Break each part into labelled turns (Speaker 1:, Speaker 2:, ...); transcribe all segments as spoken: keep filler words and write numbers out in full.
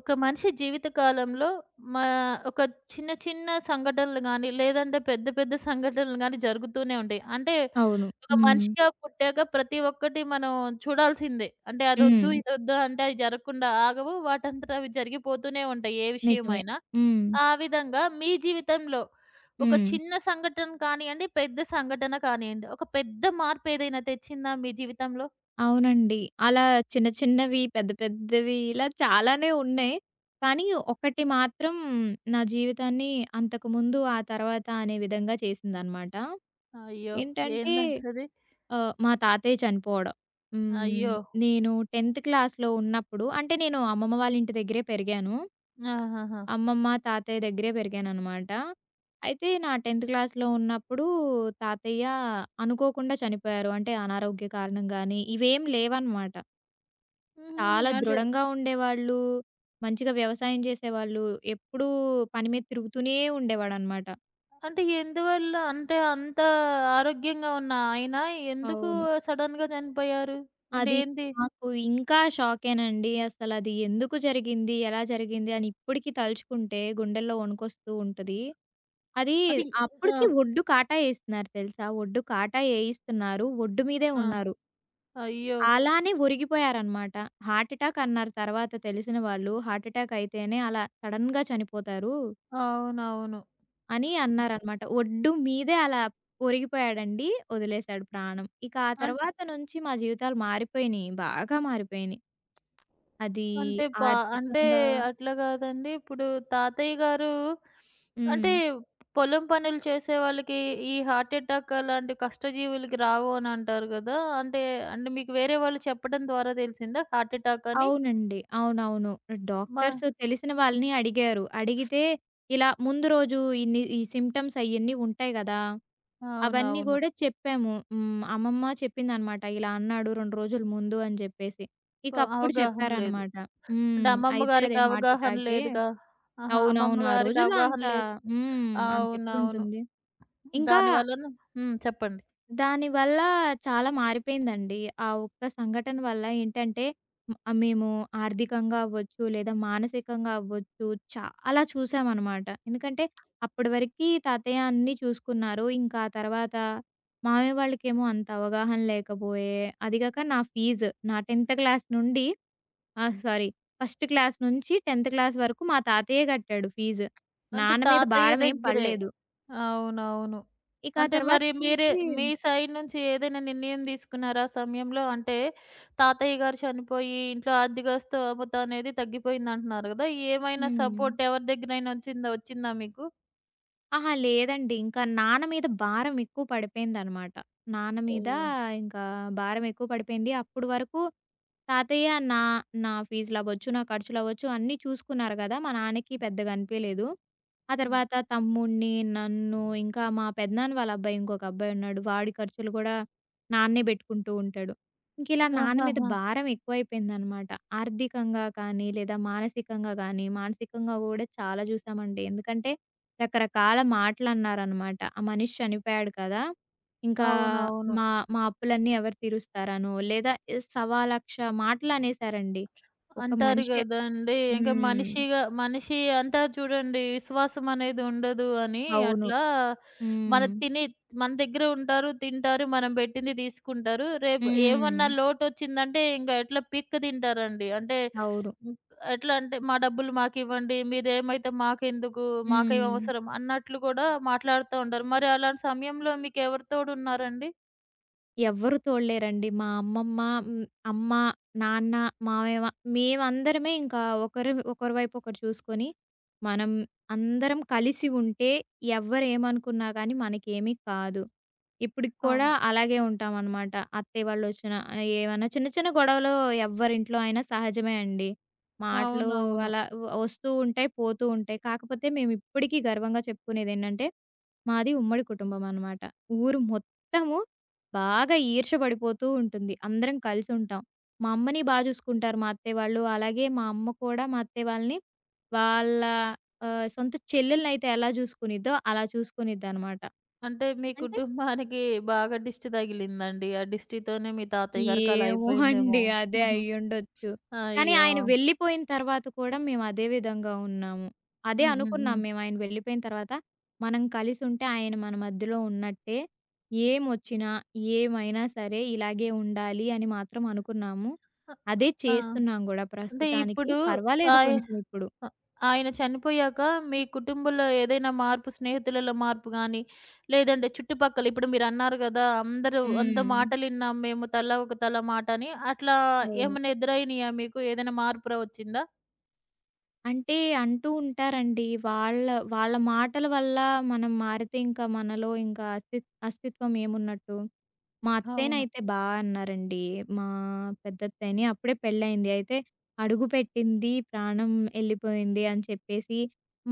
Speaker 1: ఒక మనిషి జీవిత కాలంలో మా ఒక చిన్న చిన్న సంఘటనలు గాని, లేదంటే పెద్ద పెద్ద సంఘటనలు గాని జరుగుతూనే ఉంటాయి. అంటే
Speaker 2: అవును.
Speaker 1: ఒక
Speaker 2: హ్మ్.
Speaker 1: మనిషిగా పుట్టాక ప్రతి ఒక్కటి మనం చూడాల్సిందే. అంటే
Speaker 2: హ్మ్.
Speaker 1: అదొద్దు, ఇదొద్దు అంటే అవి జరగకుండా ఆగవు. వాటంతట అవి జరిగిపోతూనే ఉంటాయి ఏ
Speaker 2: నిజమే.
Speaker 1: విషయమైనా.
Speaker 2: హ్మ్.
Speaker 1: ఆ విధంగా మీ జీవితంలో ఒక
Speaker 2: హ్మ్.
Speaker 1: చిన్న సంఘటన కానియండి, పెద్ద సంఘటన కానియండి, ఒక పెద్ద మార్పు ఏదైనా తెచ్చిందా మీ జీవితంలో?
Speaker 2: అవునండి. అలా చిన్న చిన్నవి, పెద్ద పెద్దవి ఇలా చాలానే ఉన్నాయి. కానీ ఒకటి మాత్రం నా జీవితాన్ని అంతకుముందు, ఆ తర్వాత అనే విధంగా చేసిందనమాట.
Speaker 1: అయ్యో!
Speaker 2: ఏంటంటే
Speaker 1: ఏందంటది?
Speaker 2: ఆహ్, మా తాతయ్య చనిపోవడం. హ్మ్.
Speaker 1: అయ్యో!
Speaker 2: నేను 10థ్ క్లాస్‌లో ఉన్నప్పుడు అంటే నేను అమ్మమ్మ వాళ్ళ ఇంటి దగ్గరే పెరిగాను.
Speaker 1: ఆహాహా!
Speaker 2: అమ్మమ్మ, తాతయ్య దగ్గరే పెరిగాననమాట. అయితే నా 10థ్ క్లాస్‌లో ఉన్నప్పుడు తాతయ్య అనుకోకుండా చనిపోయారు. అంటే అనారోగ్య కారణం గానీ, ఇవేం లేవనమాట.
Speaker 1: హుహుహు.
Speaker 2: చాలా
Speaker 1: అంటే
Speaker 2: దృఢంగా ఉండేవాళ్ళు. మంచిగా వ్యవసాయం చేసేవాళ్ళు. ఎప్పుడూ పని మీద తిరుగుతూనే ఉండేవాడనమాట.
Speaker 1: అంటే ఎందువల్ల? అంటే అంత ఆరోగ్యంగా ఉన్న ఆయన ఎందుకు
Speaker 2: అవును.
Speaker 1: సడెన్‌గా చనిపోయారు? అంటే
Speaker 2: అది
Speaker 1: ఏంది?
Speaker 2: నాకు ఇంకా షాకేనండి. అసలది ఎందుకు జరిగింది? ఎలా జరిగింది? అని ఇప్పటికి తలుచుకుంటే గుండెల్లో వణుకొస్తూ ఉంటది. అది
Speaker 1: అంటే ఆ!
Speaker 2: అప్పటికి ఒడ్డు కాటా ఏస్తున్నారు తెలుసా? ఒడ్డు కాటా ఏయిస్తున్నారు. ఒడ్డు మీదే
Speaker 1: ఆ!
Speaker 2: ఉన్నారు.
Speaker 1: అయ్యో!
Speaker 2: అలానే ఒరిగిపోయారనమాట. హార్ట్ అటాక్ అన్నారు తర్వాత తెలిసిన వాళ్ళు. హార్ట్ అటాక్ అయితేనే అలా సడెన్‌గా చనిపోతారు
Speaker 1: అవునవును.
Speaker 2: అని అన్నారనమాట. ఒడ్డు మీదే అలా ఒరిగిపోయాడండి. వదిలేసాడు ప్రాణం. ఇక ఆ
Speaker 1: అంట్
Speaker 2: తర్వాత నుంచి మా జీవితాలు మారిపోయినియి. బాగా మారిపోయినియి. అది
Speaker 1: అంటే పా అంటే
Speaker 2: ఆర్థికంగా.
Speaker 1: అట్లా కాదండి. ఇప్పుడు తాతయ్య గారు అంటే
Speaker 2: హ్మ్.
Speaker 1: పొలం పనులు చేసే వాళ్ళకి ఈ హార్ట్ ఎటాక్ అలాంటి కష్టజీవులకి రావు అని అంటారు కదా! అంటే అంటే మీకు వేరే వాళ్ళు చెప్పడం ద్వారా తెలిసిందా హార్ట్ ఎటాక్ అని?
Speaker 2: అవునండి. అవునవును.
Speaker 1: మా
Speaker 2: డాక్టర్స్ తెలిసిన వాళ్ళని అడిగారు. అడిగితే ఇలా ముందు రోజు ఇన్ని ఈ సింప్టమ్స్ అయన్నీ ఉంటాయి గదా! అవన్నీ
Speaker 1: అవునవును.
Speaker 2: గూడా చెప్పాము. హ్మ్. అమ్మమ్మ చెప్పిందనమాట. ఇలా అన్నాడు రెండు రోజుల ముందు అని జెప్పేసి. ఇక
Speaker 1: ప
Speaker 2: అప్పుడు
Speaker 1: అవగాహన లేదు.
Speaker 2: చెప్పారనమాట.
Speaker 1: అంటే
Speaker 2: హ్మ్.
Speaker 1: అమ్మమ్మ
Speaker 2: అయితే అది
Speaker 1: గారికి
Speaker 2: హార్ట్
Speaker 1: అవగాహన
Speaker 2: అటాకే.
Speaker 1: లేదుగా. ఆహా!
Speaker 2: అవునవును.
Speaker 1: అమ్మమ్మ
Speaker 2: ఆ
Speaker 1: గారికి
Speaker 2: రోజుల్లో
Speaker 1: అవగాహన
Speaker 2: అంత.
Speaker 1: లేదు.
Speaker 2: హ్మ్.
Speaker 1: అవునవును.
Speaker 2: అంతెక్కడుంటుంది. ఇంకా
Speaker 1: దాని వలన హ్మ్. చెప్పండి.
Speaker 2: దానివల్ల చాలా మారిపోయిందండి. ఆ ఒక్క సంఘటన వల్ల ఏంటంటే, హ్మ్, ఆహ్, మేము ఆర్థికంగా అవ్వచ్చు, లేదా మానసికంగా అవ్వచ్చు, చాలా చూసామనమాట. ఎందుకంటే, అప్పటి వరకి తాతయ్య అన్నీ చూసుకున్నారు. ఇంకా ఆ తర్వాత మామయ్య వాళ్ళకేమో అంత అవగాహన లేకపోయే, అది గాక నా ఫీజు నా 10థ్ క్లాస్ నుండి, ఆహ్, సారీ, ఫస్ట్ క్లాస్ నుంచి 10థ్ క్లాస్ వరకు మా తాతయ్యే కట్టాడు ఫీజు.
Speaker 1: అంటే
Speaker 2: నాన్న మీద
Speaker 1: తాతయ్య
Speaker 2: భారం ఏం
Speaker 1: దగ్గరే.
Speaker 2: పడలేదు.
Speaker 1: అవునవును.
Speaker 2: ఇక ఆ
Speaker 1: అంటే
Speaker 2: తర్వాత
Speaker 1: మరి మీరే
Speaker 2: నుంచి.
Speaker 1: మీ సైడ్ నుంచి ఏదైనా నిర్ణయం తీసుకున్నారా ఆ సమయంలో? అంటే తాతయ్య గారు చనిపోయి ఇంట్లో ఆర్థిక స్తోమత అనేది తగ్గిపోయిందంటున్నారు గదా! ఏమైనా
Speaker 2: హ్మ్.
Speaker 1: సపోర్ట్ ఎవరి దగ్గరైనా వచ్చిందా? వచ్చిందా మీకు?
Speaker 2: అహా! లేదండి. ఇంకా నాన్న మీద భారం ఎక్కువ పడిపోయిందనమాట. నాన్న మీద
Speaker 1: అయ్యో!
Speaker 2: ఇంకా భారం ఎక్కువ పడిపోయింది. అప్పుడు వరకు తాతయ్య నా నా ఫీజులవ్వచ్చు, నా ఖర్చులవ్వచ్చు అన్నీ చూసుకున్నారు గదా! మా నాన్నకి పెద్దగా అనిపియలేదు. ఆ
Speaker 1: హ్మ్.
Speaker 2: తర్వాత తమ్ముడిని, నన్ను ఇంకా మా పెదనాన్న వాళ్ళ అబ్బాయి ఇంకొక అబ్బాయున్నాడు. వాడి ఖర్చులు గూడా నాన్నే బెట్టుకుంటూ ఉంటాడు. ఇంకిలా నాన్న మీద
Speaker 1: ఆహాహా!
Speaker 2: భారం ఎక్కువైపోయిందనమాట. ఆర్థికంగా కానీ, లేదా మానసికంగా గానీ, మానసికంగా గూడా చాలా జూసామండి. ఎందుకంటే రకరకాల మాటలన్నారనమాట. ఆ మనిషి చనిపోయాడు కదా! ఇంకా
Speaker 1: అవునవును.
Speaker 2: మా మా అప్పులన్నీ ఎవరు తీరుస్తారనో, లేదా ఎ సవాలక్ష మాటలనేసారండి. ఒక
Speaker 1: అంటారు
Speaker 2: మనిషి.
Speaker 1: గదండీ! ఇంక
Speaker 2: హ్మ్.
Speaker 1: మనిషిగా మనిషి అంటారు చూడండి విశ్వాసం అనేది ఉండదు అని.
Speaker 2: అవును.
Speaker 1: అట్లా మన
Speaker 2: హ్మ్.
Speaker 1: తిని మన దగ్గర ఉంటారు, తింటారు, మనం బెట్టింది తీసుకుంటారు. రేపు
Speaker 2: హ్మ్.
Speaker 1: ఏమన్నా లోటొచ్చిందంటే ఇంక ఎట్లా పిక్క తింటారండి. అంటే
Speaker 2: అవును.
Speaker 1: హ్మ్, ఎట్లా అంటే మా డబ్బులు మాకివ్వండి, మీదేమైతే మాకెందుకు, మాకేం
Speaker 2: హ్మ్.
Speaker 1: అవసరం అన్నట్లు గూడా మాట్లాడుతా ఉంటారు. మరి అలాంటి సమయంలో మీకెవరు తోడున్నారండి?
Speaker 2: ఎవ్వరు తోడులేరండి. మా అమ్మమ్మ, హ్మ్, అమ్మ, నాన్న, మామయ్య మేమందరమే ఇంకా ఒకరి ఒకరి వైపు ఒకరు చూసుకొని, మనం అందరం కలిసి ఉంటే ఎవ్వరేమనుకున్నా గానీ మనకేమీ కాదు. ఇప్పటికి కూడా
Speaker 1: అవును.
Speaker 2: అలాగే ఉంటామనమాట. అత్తయ్య వాళ్ళొచ్చినా, ఆహ్, ఏవన్నా చిన్న చిన్న గొడవలు ఎవ్వరింట్లో అయినా సహజమే అండి. మాటలు
Speaker 1: అవునవును.
Speaker 2: అలా వ వస్తూ ఉంటాయి, పోతూ ఉంటాయి. కాకపోతే మేమిప్పటికీ గర్వంగా చెప్పుకునేదేంటంటే, మాది ఉమ్మడి కుటుంబం అనమాట. ఊరు మొత్తము బాగా ఈర్ష్య పడిపోతూ ఉంటుంది. అందరం కలిసుంటాం. మా అమ్మని బా చూసుకుంటారు మా అత్తయ్య వాళ్ళు. అలాగే మా అమ్మ కూడా మా అత్తయ్య వాళ్ళని వాళ్ళ ఆహ్, సొంత చెల్లెలనైతే ఎలా చూసుకునిద్దో అలా చూసుకునిద్దనమాట.
Speaker 1: అంటే మీ
Speaker 2: అంటే
Speaker 1: కుటుంబానికి బాగా దిష్టి తగిలిందండి. ఆ దిష్టితోనే మీ తాతయ్య గారికి అలా
Speaker 2: ఏమో
Speaker 1: అయిపోయిందేమో.
Speaker 2: అండి. అదే
Speaker 1: హుహు.
Speaker 2: అయ్యుండొచ్చు. కానీ
Speaker 1: అయ్యో!
Speaker 2: ఆయన వెళ్ళిపోయిన తర్వాత కూడా మేము అదే విధంగా ఉన్నాము. అదే
Speaker 1: హ్మ్. హ్మ్.
Speaker 2: అనుకున్నాం
Speaker 1: హ్మ్.
Speaker 2: మేము ఆయన వెళ్ళిపోయిన తర్వాత, మనం కలిసుంటే ఆయన మన మధ్యలో ఉన్నట్టే. ఏమొచ్చినా, ఏమైనా సరే ఇలాగే ఉండాలి అని మాత్రం అనుకున్నాము.
Speaker 1: అ అ
Speaker 2: అదే
Speaker 1: ఆ!
Speaker 2: చేస్తున్నాం గూడా
Speaker 1: అంటే
Speaker 2: ప్రస్తుతానికి.
Speaker 1: ఇప్పుడు
Speaker 2: పర్వాలేదు
Speaker 1: ఆయ
Speaker 2: కొంచెం ఇప్పుడు.
Speaker 1: అ ఆయన చనిపోయాక మీ కుటుంబంలో ఏదైనా మార్పు, స్నేహితులలో మార్పు గాని, లేదంటే చుట్టుపక్కల ఇప్పుడు మీరన్నారు గదా! అందరూ వంద
Speaker 2: హ్మ్.
Speaker 1: మాటలిన్నాం మేము తలా ఒక తల మాట అని. అట్లా
Speaker 2: అవును.
Speaker 1: ఏమన్నా ఎదురైనయా మీకు? ఏదైనా మార్పు ర వచ్చిందా?
Speaker 2: అంటే అంటూ ఉంటారండి. వాళ్ళ వాళ్ళ మాటల వల్ల మనం మారితే ఇంకా మనలో ఇంకా అస్తి అస్తిత్వం ఏమున్నట్టు? మా
Speaker 1: అవును.
Speaker 2: అత్తయ్యనైతే బా అన్నారండి. మా పెద్దత్తయ్యని అప్పుడే పెళ్లయింది. అయితే అడుగుపెట్టింది, ప్రాణం ఎళ్ళిపోయింది అని చెప్పేసి,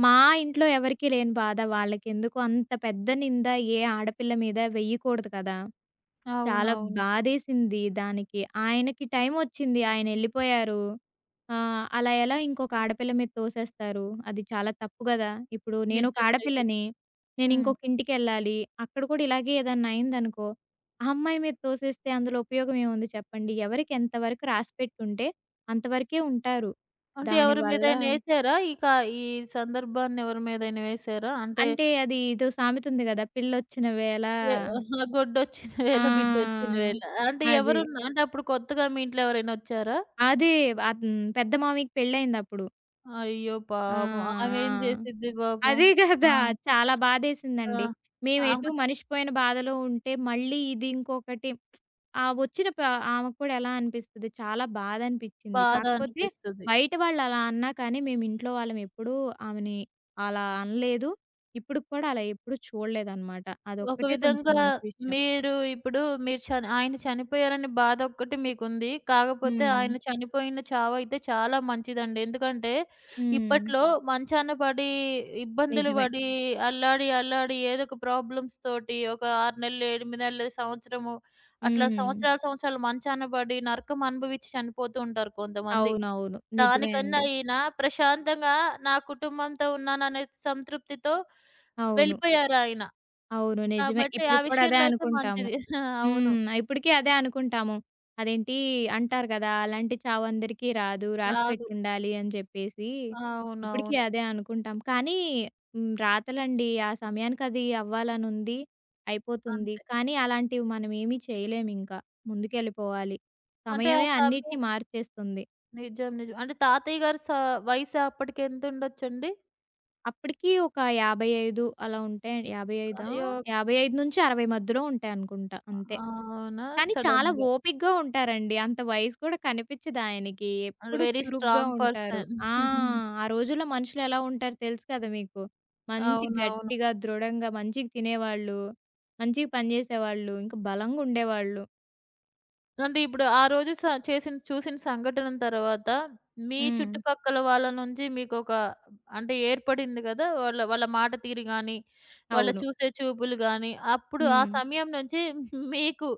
Speaker 2: మా ఇంట్లో ఎవరికీ లేని బాధ వాళ్ళకెందుకు అంత పెద్ద నింద ఏ ఆడపిల్ల మీద వెయ్యకూడదు కదా! చాలా
Speaker 1: అవునవును.
Speaker 2: బాధేసింది దానికి. ఆయనకి టైమొచ్చింది. ఆయనెళ్ళిపోయారు. ఆ! అలా ఎలా ఇంకొక ఆడపిల్ల మీద తోసేస్తారు? అది చాలా తప్పు గదా! ఇప్పుడు నేనొక
Speaker 1: నిజం. నిజం.
Speaker 2: ఆడపిల్లని,
Speaker 1: హ్మ్.
Speaker 2: నేనింకొక ఇంటికెళ్ళాలి. అక్కడ కూడా ఇలాగే ఏదన్నా అయిందనుకో, ఆ అమ్మాయి మీద తోసేస్తే అందులో ఉపయోగం ఏముంది చెప్పండి? ఎవరికి ఎంత వరకు రాసిపెట్టుంటే అంతవరకే ఉంటారు.
Speaker 1: అంటే ఎవరి
Speaker 2: దానివల్ల
Speaker 1: మీదైనా ఏసారా? ఇక ఈ సందర్భాన్ని ఎవరి మీదైనా వేసారా? అంటే
Speaker 2: అంటే అది ఏదో సామెత ఉంది గదా! పిల్లొచ్చిన వేళ.
Speaker 1: ఎ ఆహా! గొడ్డొచ్చిన
Speaker 2: ఆ!
Speaker 1: వేళ బిడ్డొచ్చిన వేళ. అంటే
Speaker 2: అది.
Speaker 1: ఎవరున్న అంటే అప్పుడు కొత్తగా మీ ఇంట్లో ఎవరైనా ఒచ్చారా?
Speaker 2: అదే. అత్ పెద్ద మామయ్యకి పెళ్ళయిందప్పుడు.
Speaker 1: అయ్యో!
Speaker 2: ఆ!
Speaker 1: పాపం.
Speaker 2: ఆ!
Speaker 1: ఆమెం చేసిద్ది పాపం?
Speaker 2: అదే
Speaker 1: ఆ!
Speaker 2: గదా! చాలా
Speaker 1: ఆ!
Speaker 2: బాధేసిందండి. మేమెటూ
Speaker 1: ఆమెకి
Speaker 2: మనిషి పోయిన బాధలో ఉంటే, మళ్ళీ ఇది ఇంకొకటి ఆ వచ్చిన ప ఆమెకు కూడా ఎలా అనిపిస్తది, చాలా బాధనిపిచ్చింది.
Speaker 1: బాధ
Speaker 2: కాకపోతే
Speaker 1: అనిపిస్తది.
Speaker 2: బయట వాళ్ళలా అన్నా కానీ, మేమింట్లో వాళ్ళం ఎప్పుడూ ఆమెని అలా అనలేదు. ఇప్పటికి కూడా అలా ఎప్పుడూ చూడలేదనమాట.
Speaker 1: ఒక
Speaker 2: అదొక్కటే కొంచెం
Speaker 1: విధంగా
Speaker 2: మంచి విషయం.
Speaker 1: మీరు ఇప్పుడు మీరు చని ఆయన చనిపోయారనే బాధ ఒక్కటి మీకుంది. కాకపోతే
Speaker 2: హ్మ్.
Speaker 1: ఆయన చనిపోయిన చావయితే చాలా మంచిదండి. ఎందుకంటే
Speaker 2: హ్మ్.
Speaker 1: ఇప్పట్లో మంచాన పడి, ఇబ్బందులు
Speaker 2: నిజమే.
Speaker 1: పడి, అల్లాడి, అల్లాడి ఏదో ఒక ప్రాబ్లమ్స్ తోటి ఒక ఆరు నెలలు, ఎనిమిది నెలలు, సంవత్సరము అట్లా
Speaker 2: హ్మ్.
Speaker 1: సంవత్సరాలు, సంవత్సరాలు మంచాన పడి నరకం అనుభవిచ్చి చనిపోతూ ఉంటారు కొంతమంది.
Speaker 2: అవునవును. నిజమే
Speaker 1: దానికన్నా
Speaker 2: అండి.
Speaker 1: ఈయన ప్రశాంతంగా నా కుటుంబంతో ఉన్నాననే సంతృప్తితో
Speaker 2: అవును.
Speaker 1: వెళ్ళిపోయారాయన.
Speaker 2: అవును. నిజమే.
Speaker 1: కాబట్టి ఆ
Speaker 2: ఇప్పటికి కూడా అదే
Speaker 1: విషయంలో అయితే
Speaker 2: అనుకుంటాము.
Speaker 1: మంచిది. అవును.
Speaker 2: హ్మ్. ఇప్పటికి అదే అనుకుంటాము. అదేంటి అంటారు కదా! "అలాంటి చావు అందరికీ రాదు.
Speaker 1: రాదు.
Speaker 2: రాసిపెట్టుండాలి" అని చెప్పేసి. ఇప్పటికి
Speaker 1: అవునవును.
Speaker 2: అదే అనుకుంటాం. కానీ. హ్మ్. రాతలండి. ఆ సమయానికి అది అవ్వాలనుంది. అయిపోతుంది.
Speaker 1: అంతే.
Speaker 2: కానీ అలాంటివి మనం ఏమీ చేయలేమింకా. ముందుకెళ్ళిపోవాలి.
Speaker 1: అంటే ఆ
Speaker 2: సమయమే
Speaker 1: సమయం
Speaker 2: అన్నిటిని మార్చేస్తుంది.
Speaker 1: నిజం. నిజం. అంటే తాతయ్య గారి స వయసు అప్పటికెంతుండొచ్చండి?
Speaker 2: అప్పటికి ఒక యాభై ఐదు అలా ఉంటాయి. యాభై ఐదు
Speaker 1: అయ్యో!
Speaker 2: యాభై ఐదు నుంచి అరవై మధ్యలో ఉంటాయనుకుంటా అంతే.
Speaker 1: అవునా!
Speaker 2: కానీ చాలా
Speaker 1: సడెన్‌గా.
Speaker 2: ఓపికగా ఉంటారండి. అంత వయసు కూడా కనిపిచ్చదాయనకి. ఎప్పుడు
Speaker 1: వెరీ
Speaker 2: చురుగ్గా
Speaker 1: స్ట్రాంగ్
Speaker 2: ఉంటారు.
Speaker 1: పర్సన్.
Speaker 2: ఆ! ఆ రోజుల్లో మనుషులెలా ఉంటారో తెలుసు కదా మీకు. మంచి
Speaker 1: అవునవును.
Speaker 2: గట్టిగా, దృఢంగా మంచిగ తినేవాళ్ళు, మంచిగ పని జేసేవాళ్ళు, ఇంకా బలంగుండేవాళ్ళు.
Speaker 1: అంటే ఇప్పుడు ఆ రోజు స చేసిన చూసిన సంఘటన తర్వాత, మీ
Speaker 2: హ్మ్.
Speaker 1: చుట్టుపక్కల వాళ్ళ నుంచి మీకొక అంటే ఏర్పడింది గదా! వాళ్ళ వాళ్ళ మాట తీరు గాని, వాళ్ళు
Speaker 2: అవును.
Speaker 1: చూసే చూపులు గాని, అప్పుడు ఆ
Speaker 2: హ్మ్.
Speaker 1: సమయం నుంచి మీకు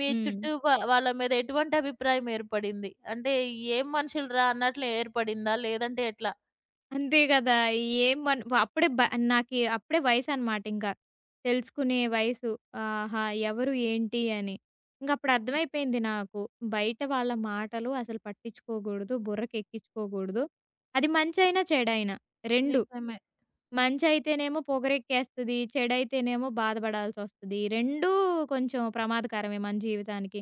Speaker 1: మీ
Speaker 2: హ్మ్.
Speaker 1: చుట్టూ ప వాళ్ళ మీద ఎటువంటి అభిప్రాయం ఏర్పడింది? అంటే ఏం మనుషులురా అన్నట్లు ఏర్పడిందా? లేదంటే ఎట్లా?
Speaker 2: అంతే గదా! ఏం మన్ అప్పుడే బ నాకి అప్పుడే వయసనమాట ఇంకా. తెలుసుకునే వయసు. ఆహా! ఎవరు? ఏంటి? అని. ఇంకప్పుడు అర్థమైపోయింది నాకు. బయట వాళ్ళ మాటలు అసలు పట్టించుకోకూడదు. బుర్రకెక్కించుకోకూడదు. అది మంచైనా, చెడైనా రెండూ.
Speaker 1: నిజమే.
Speaker 2: మంచయితేనేమో పొగరెక్కేస్తది. చెడైతేనేమో బాధపడాల్సొస్తది. రెండూ కొంచెం ప్రమాదకరమే మన జీవితానికి.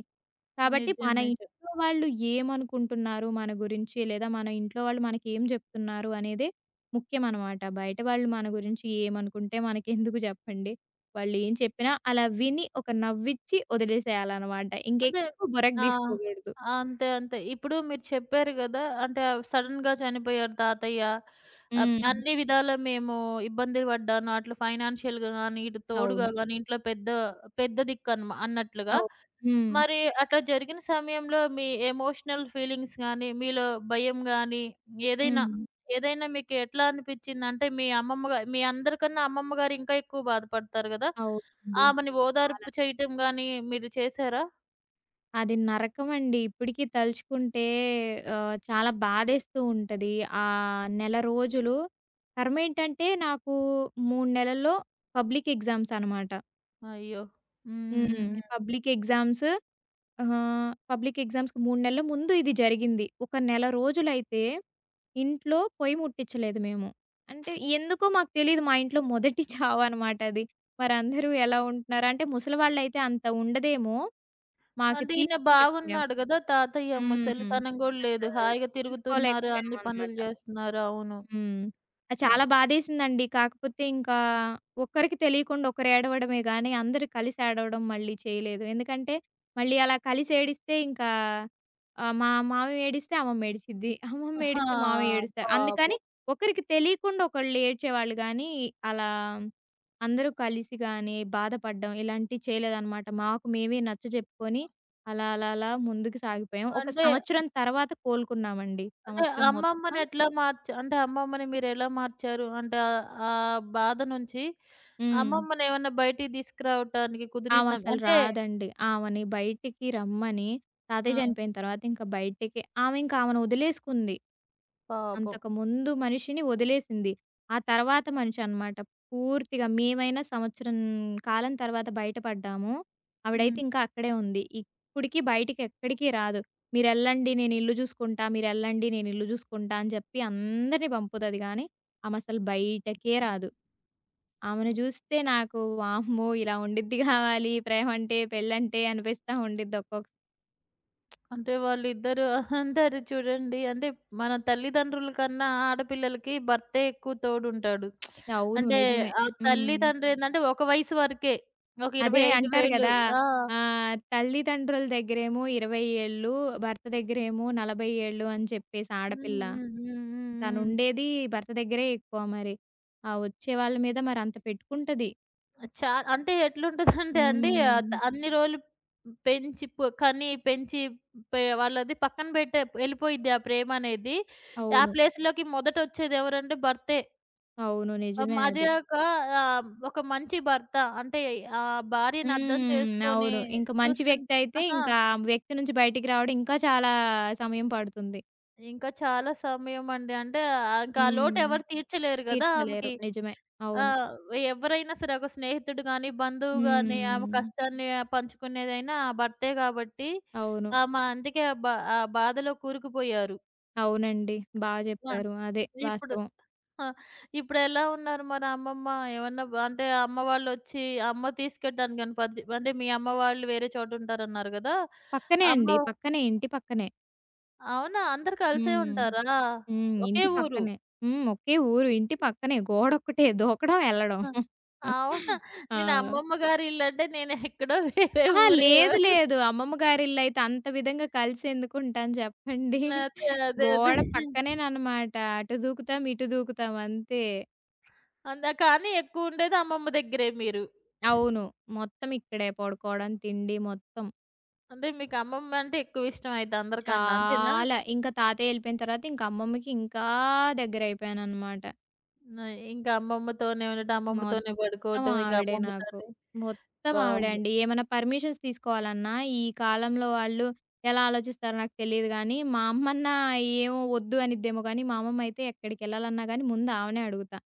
Speaker 2: కాబట్టి
Speaker 1: నిజం.
Speaker 2: మన
Speaker 1: నిజం.
Speaker 2: ఇంట్లో వాళ్ళు ఏమనుకుంటున్నారు మన గురించి? లేదా మన ఇంట్లో వాళ్ళు మనకేం జెప్తున్నారు అనేదే ముఖ్యమనమాట. బయట వాళ్ళు మన గురించి ఏమనుకుంటే మనకెందుకు జెప్పండి? వాళ్ళు ఏం చెప్పినా అలా విని ఒక నవ్విచ్చి వదిలేసేయాలనమాట.
Speaker 1: అంటే
Speaker 2: ఇంకెక్కువ బుర్రకి
Speaker 1: ఆ!
Speaker 2: తీసుకోకూడదు.
Speaker 1: అంతే. అంతే. ఇప్పుడు మీరు చెప్పారు గదా! అంటే సడెన్‌గా చనిపోయారు తాతయ్య. ఆహ్, హ్మ్.
Speaker 2: హ్మ్.
Speaker 1: అన్ని విధాల మేము ఇబ్బందులు పడ్డాను. అట్లా ఫైనాన్షియల్‌గా గానీ, ఇటు
Speaker 2: అవును.
Speaker 1: తోడుగా గానీ, ఇంట్లో పెద్ద పెద్ద దిక్కనమా అన్నట్లుగా.
Speaker 2: అవును. హ్మ్.
Speaker 1: మరి అట్లా జరిగిన సమయంలో మీ ఎమోషనల్ ఫీలింగ్స్ గానీ, మీలో భయం గానీ, ఏదైనా,
Speaker 2: హ్మ్.
Speaker 1: ఏదైనా మీకు ఎట్లా అనిపిచ్చింది? అంటే మీ అమ్మమ్మ గా మీ అందరికన్నా అమ్మమ్మ గారు ఇంకా ఎక్కువ బాధపడతారు గదా!
Speaker 2: అవునండి.
Speaker 1: ఆమెని
Speaker 2: చాలా.
Speaker 1: ఓదార్పు చేయటం గానీ మీరు చేశారా?
Speaker 2: అది నరకమండి. ఇప్పటికి తలుచుకుంటే ఆహ్, చాలా బాధేస్తూ ఉంటది. ఆ నెల రోజులు కర్మేంటంటే, నాకు మూడు నెలల్లో పబ్లిక్ ఎగ్జామ్స్ అనమాట.
Speaker 1: అయ్యో! హ్మ్. హ్మ్.
Speaker 2: హ్మ్.
Speaker 1: హ్మ్.
Speaker 2: పబ్లిక్ ఎగ్జామ్స్ ఆహ్, పబ్లిక్ ఎగ్జామ్స్‌కి మూడు నెలల ముందు ఇది జరిగింది. ఒక నెల రోజులైతే ఇంట్లో పొయ్యి ముట్టిచ్చలేదు మేము. అంటే ఎందుకో మాకు తెలీదు. మా ఇంట్లో మొదటి చావనమాట అది. మరందరూ ఎలా ఉంటున్నారు? అంటే ముసలివాళ్ళైతే అంత ఉండదేమో! మాకు
Speaker 1: అంటే
Speaker 2: తీసి
Speaker 1: ఈయన బాగున్నాడు గదా! తాతయ్య
Speaker 2: హ్మ్.
Speaker 1: ముసలితనం గూడా లేదు.
Speaker 2: అసలు
Speaker 1: హాయిగా తిరుగుతున్నారు. అన్ని పనులు
Speaker 2: తీసుకోలేకపోయామనమాట.
Speaker 1: జేస్తున్నారు. అవును.
Speaker 2: హ్మ్. అది
Speaker 1: ఆ!
Speaker 2: చాలా బాధేసిందండి. కాకపోతే ఇంకా ఒక్కరికి తెలియకుండా ఒకరు ఏడవడమే గానీ, అందరూ కలిసి ఏడవడం మళ్ళీ చేయలేదు. ఎందుకంటే, మళ్ళీ అలా కలిసి ఏడిస్తే ఇంకా ఆహ్, మా మామయ్య ఏడిస్తే అమ్మమ్మ ఏడిచిద్ది. అమ్మమ్మ
Speaker 1: హా!
Speaker 2: ఏడిస్తే మామయ్య ఏడుస్తారు. అందుకని
Speaker 1: పాపం.
Speaker 2: ఒకరికి తెలియకుండా ఒకళ్ళు ఏడ్చేవాళ్ళు గానీ, అలా అందరూ కలిసి గానీ, బాధపడడం ఇలాంటివి చేయలేదనమాట. మాకు మేమే నచ్చజెప్పుకొని అలా, అలా, అలా ముందుకు సాగిపోయాం. ఒక
Speaker 1: అంటే,
Speaker 2: సంవత్సరం తర్వాత కోలుకున్నామండి.
Speaker 1: అంటే
Speaker 2: సంవత్సరం మొత్తం.
Speaker 1: అమ్మమ్మని ఎట్లా మార్చా అంటే అమ్మమ్మని మీరెలా మార్చారు? అంటే ఆహ్, ఆ బాధ నుంచి
Speaker 2: హ్మ్.
Speaker 1: అమ్మమ్మనేమన్నా బయటికి తీసుకురావటానికి కుదిరిందా?
Speaker 2: ఆమసలు
Speaker 1: అంటే
Speaker 2: రాదండి. ఆమెని బయటికి రమ్మని తాతయ్య
Speaker 1: ఆ!
Speaker 2: చనిపోయిన తర్వాత ఇంక బయటికి ఆమె ఇంక ఆమెను వదిలేసుకుంది.
Speaker 1: పాపం.
Speaker 2: అంతకుముందు మనిషిని వదిలేసింది. ఆ తర్వాత మనిషి అనమాట. పూర్తిగా మేమైనా సంవత్సరం కాలం తర్వాత బయట పడ్డాము. ఆవిడైతే
Speaker 1: హ్మ్.
Speaker 2: ఇంకా అక్కడే ఉంది. ఇప్పటికి బయటికెక్కడికి రాదు. మీరెళ్ళండి నేనిల్లు జూసుకుంటా, మీరెళ్ళండి నేనిల్లు జూసుకుంటా అని జెప్పి అందరిని పంపుతది గానీ, ఆమసలు బయటకే రాదు. ఆమెను జూస్తే నాకు వామ్మో! ఇలా ఉండిద్ది గావాలి ప్రేమంటే, పెళ్ళంటే అనిపిస్తా ఉండిద్ది ఒక్కొక్కసారి.
Speaker 1: అంటే వాళ్ళిద్దరూ అంటారు చూడండి. అంటే మన తల్లిదండ్రుల కన్నా ఆడపిల్లలకి భర్తే ఎక్కువ తోడుంటాడు.
Speaker 2: అవును.
Speaker 1: అంటే
Speaker 2: నిజమే.
Speaker 1: ఆ తల్లి
Speaker 2: హ్మ్.
Speaker 1: తండ్రేందంటే ఒక వయసు వరకే. ఒక
Speaker 2: అదే అంటారు
Speaker 1: ఇరవై ఐదు వేలు
Speaker 2: గదా!
Speaker 1: ఆ!
Speaker 2: ఆహ్, తల్లిదండ్రుల దగ్గరేమో ఇరవై ఏళ్ళు, భర్త దగ్గరేమో నలభై ఏళ్ళు అని చెప్పేసి
Speaker 1: హ్మ్.
Speaker 2: ఆడపిల్ల.
Speaker 1: హ్మ్. హ్మ్. హ్మ్. హ్మ్.
Speaker 2: తనుండేది భర్త దగ్గరే ఎక్కువ మరి. ఆ వచ్చే వాళ్ళ మీద మరంత పెట్టుకుంటది.
Speaker 1: చా అంటే ఎట్లుంటదంటే అండి ఆహ్, త
Speaker 2: హ్మ్.
Speaker 1: అన్ని రోజులు పెంచి పు కని, పెంచి పె వాళ్ళది పక్కన పెట్టే వెళ్ళిపోయిద్ది ఆ ప్రేమనేది. ఆ
Speaker 2: అవును.
Speaker 1: ప్లేస్‌లోకి మొదటొచ్చేదెవరంటే భర్తే.
Speaker 2: అవును.
Speaker 1: పాపం
Speaker 2: నిజమే
Speaker 1: అది
Speaker 2: అది.
Speaker 1: గాక ఆహ్, ఒక మంచి భర్త అంటే ఆ భార్యని అర్థం
Speaker 2: హ్మ్.
Speaker 1: చేసుకొని
Speaker 2: అవును. ఇంక మంచి
Speaker 1: చూసుకొని
Speaker 2: వ్యక్తి అయితే
Speaker 1: అహా!
Speaker 2: ఇంకా ఆ వ్యక్తి నుంచి బయటికి రావడం ఇంకా చాలా సమయం పడుతుంది.
Speaker 1: ఇంకా చాలా సమయం అండి. అంటే ఆ- ఇంకా ఆ లోటు
Speaker 2: హ్మ్.
Speaker 1: ఎవరు తీర్చలేరు గదా!
Speaker 2: తీర్చలేరు.
Speaker 1: ఆమెకి.
Speaker 2: నిజమే.
Speaker 1: ఆ!
Speaker 2: అవును.
Speaker 1: ఎవరైనా సరే ఒక స్నేహితుడు గాని, బంధువు గాని ఆమె
Speaker 2: హ్మ్.
Speaker 1: కష్టాన్ని పంచుకునేదైనా ఆ భర్తే గాబట్టి
Speaker 2: అవును.
Speaker 1: ఆమె అందుకే ఆ బా ఆ బాధలో కూరుకుపోయారు.
Speaker 2: అవునండి. బా
Speaker 1: ఆ!
Speaker 2: చెప్పారు. అదే
Speaker 1: ఇప్పుడు
Speaker 2: వాస్తవం.
Speaker 1: ఆ! ఇప్పుడెలా ఉన్నారు మరి అమ్మమ్మ? ఏమన్నా బ అంటే అమ్మ వాళ్ళొచ్చి అమ్మ తీసుకెళ్ళడానికి గాని పద్ది అంటే మీ అమ్మ వాళ్ళు వేరే చోట ఉంటారన్నారు గదా!
Speaker 2: పక్కనే
Speaker 1: అమ్మ
Speaker 2: అండి. పక్కనే. ఇంటి పక్కనే.
Speaker 1: అవునా? అందరూ కలిసే
Speaker 2: హ్మ్.
Speaker 1: ఉంటారా?
Speaker 2: హ్మ్.
Speaker 1: ఒకే
Speaker 2: ఇంటి
Speaker 1: హ్మ్. ఊరు.
Speaker 2: పక్కనే. హ్మ్. ఒకే ఊరు. ఇంటి పక్కనే. గోడొక్కటే. దూకడం, ఎళ్ళడం.
Speaker 1: ఆ! అవునా?
Speaker 2: ఆ!
Speaker 1: నేను అమ్మమ్మ గారి ఇల్లంటే నేనెక్కడో వేరే
Speaker 2: అహా!
Speaker 1: ఊరు.
Speaker 2: లేదు లేదు. అమ్మమ్మ గారిళ్ళైతే అంత విధంగా కలిసెందుకుంటాం చెప్పండి.
Speaker 1: అదే. అదే. అదే.
Speaker 2: గోడ పక్కనేననమాట. అటు దూకుతాం, ఇటు దూకుతాం అంతే.
Speaker 1: అంద కానీ ఎక్కువుండేది అమ్మమ్మ దగ్గరే మీరు.
Speaker 2: అవును. మొత్తం ఇక్కడే పడుకోవడం, తిండి మొత్తం.
Speaker 1: అంటే మీకు అమ్మమ్మ అంటే ఎక్కువ ఇష్టం అయితే అందరికన్నా అంతేనా?
Speaker 2: చాలా ఇంకా తాతయ్య ఎళ్ళిపోయిన తర్వాత ఇంకా అమ్మమ్మకి ఇంకా దగ్గరైపోయాననమాట.
Speaker 1: ఆ! ఇంకా అమ్మమ్మతోనే ఉండటం,
Speaker 2: మొ
Speaker 1: అమ్మమ్మతోనే
Speaker 2: మొత్తం
Speaker 1: పడుకోవటం, ఇంకా
Speaker 2: ఆవిడే నాకు.
Speaker 1: అమ్మమ్మతోనే
Speaker 2: మొత్తం ఆవిడే
Speaker 1: బావుంది.
Speaker 2: అండి. ఏమన్నా పర్మిషన్స్ తీసుకోవాలన్నా ఈ కాలంలో వాళ్ళు ఎలా ఆలోచిస్తారో నాకు తెలీదు గానీ, మా అమ్మన్న ఏమో వద్దు అనిద్దేమో గానీ, మా అమ్మమ్మ అయితే ఎక్కడికెళ్ళాలన్నా గానీ ముందు ఆమెనే అడుగుతా.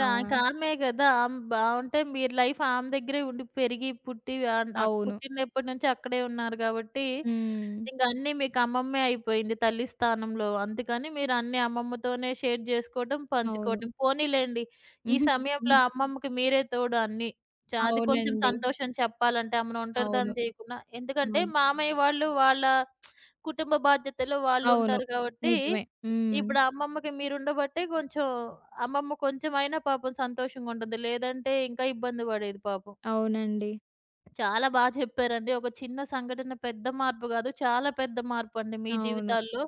Speaker 2: ఆ!
Speaker 1: ఇంక ఆమె గదా! ఆమె బావుంటే మీరు లైఫ్ ఆమె దగ్గరే ఉండి పెరిగి, పుట్టి ఆహ్, నాకు
Speaker 2: అవును.
Speaker 1: పుట్టినప్పటి నుంచి అక్కడే ఉన్నారు గాబట్టి
Speaker 2: హ్మ్.
Speaker 1: ఇంక అన్నీ మీకు అమ్మమ్మే అయిపోయింది తల్లి స్థానంలో. అందుకని మీరు అన్నీ అమ్మమ్మతోనే షేర్ జేసుకోవటం,
Speaker 2: అవును.
Speaker 1: పంచుకోవటం. పోనీలెండి ఈ
Speaker 2: హుహు.
Speaker 1: సమయంలో
Speaker 2: హ్మ్.
Speaker 1: అమ్మమ్మకి మీరే తోడు అన్నీ. చ అది కొంచెం
Speaker 2: అవునండి.
Speaker 1: సంతోషం చెప్పాలంటే ఆమెను
Speaker 2: అవును.
Speaker 1: ఒంటరిదాన్ని జేయకుండా. ఎందుకంటే
Speaker 2: అవును.
Speaker 1: మామయ్య వాళ్ళు వాళ్ళ కుటుంబ బాధ్యతలో
Speaker 2: అవును.
Speaker 1: వాళ్ళుంటారు గాబట్టి,
Speaker 2: నిజమే. హ్మ్.
Speaker 1: ఇప్పుడు అమ్మమ్మకి మీరుండబట్టే కొంచెం అమ్మమ్మ కొంచెమైనా పాపం సంతోషంగుంటది. లేదంటే ఇంకా ఇబ్బంది పడేది పాపం.
Speaker 2: అవునండి.
Speaker 1: చాలా బా చెప్పారండి. ఒక చిన్న సంఘటన పెద్ద మార్పు గాదు. చాలా పెద్ద మార్పండి మీ
Speaker 2: అవును.
Speaker 1: జీవితాల్లో.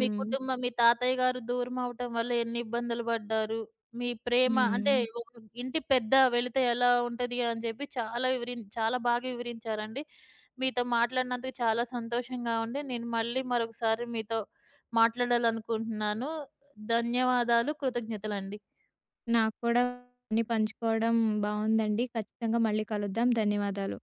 Speaker 1: మీ కుటుంబం, మీ తాతయ్య గారు దూరం అవ్వటం వల్ల ఎన్ని ఇబ్బందులు పడ్డారు. మీ ప్రేమ అంటే
Speaker 2: హ్మ్.
Speaker 1: ఒక ఇంటి పెద్ద వెళితే ఎలా ఉంటది అని చెప్పి చాలా వివరిం చాలా బాగా వివరించారండి. మీతో మాట్లాడినందుకు చాలా సంతోషంగా ఉంది. నేను మళ్ళీ మరొకసారి మీతో మాట్లాడాలనుకుంటున్నాను. ధన్యవాదాలు. కృతజ్ఞతలండి.
Speaker 2: నాకు కూడా అన్నీ పంచుకోవడం బావుందండి. ఖచ్చితంగా మళ్ళీ కలుద్దాం. ధన్యవాదాలు.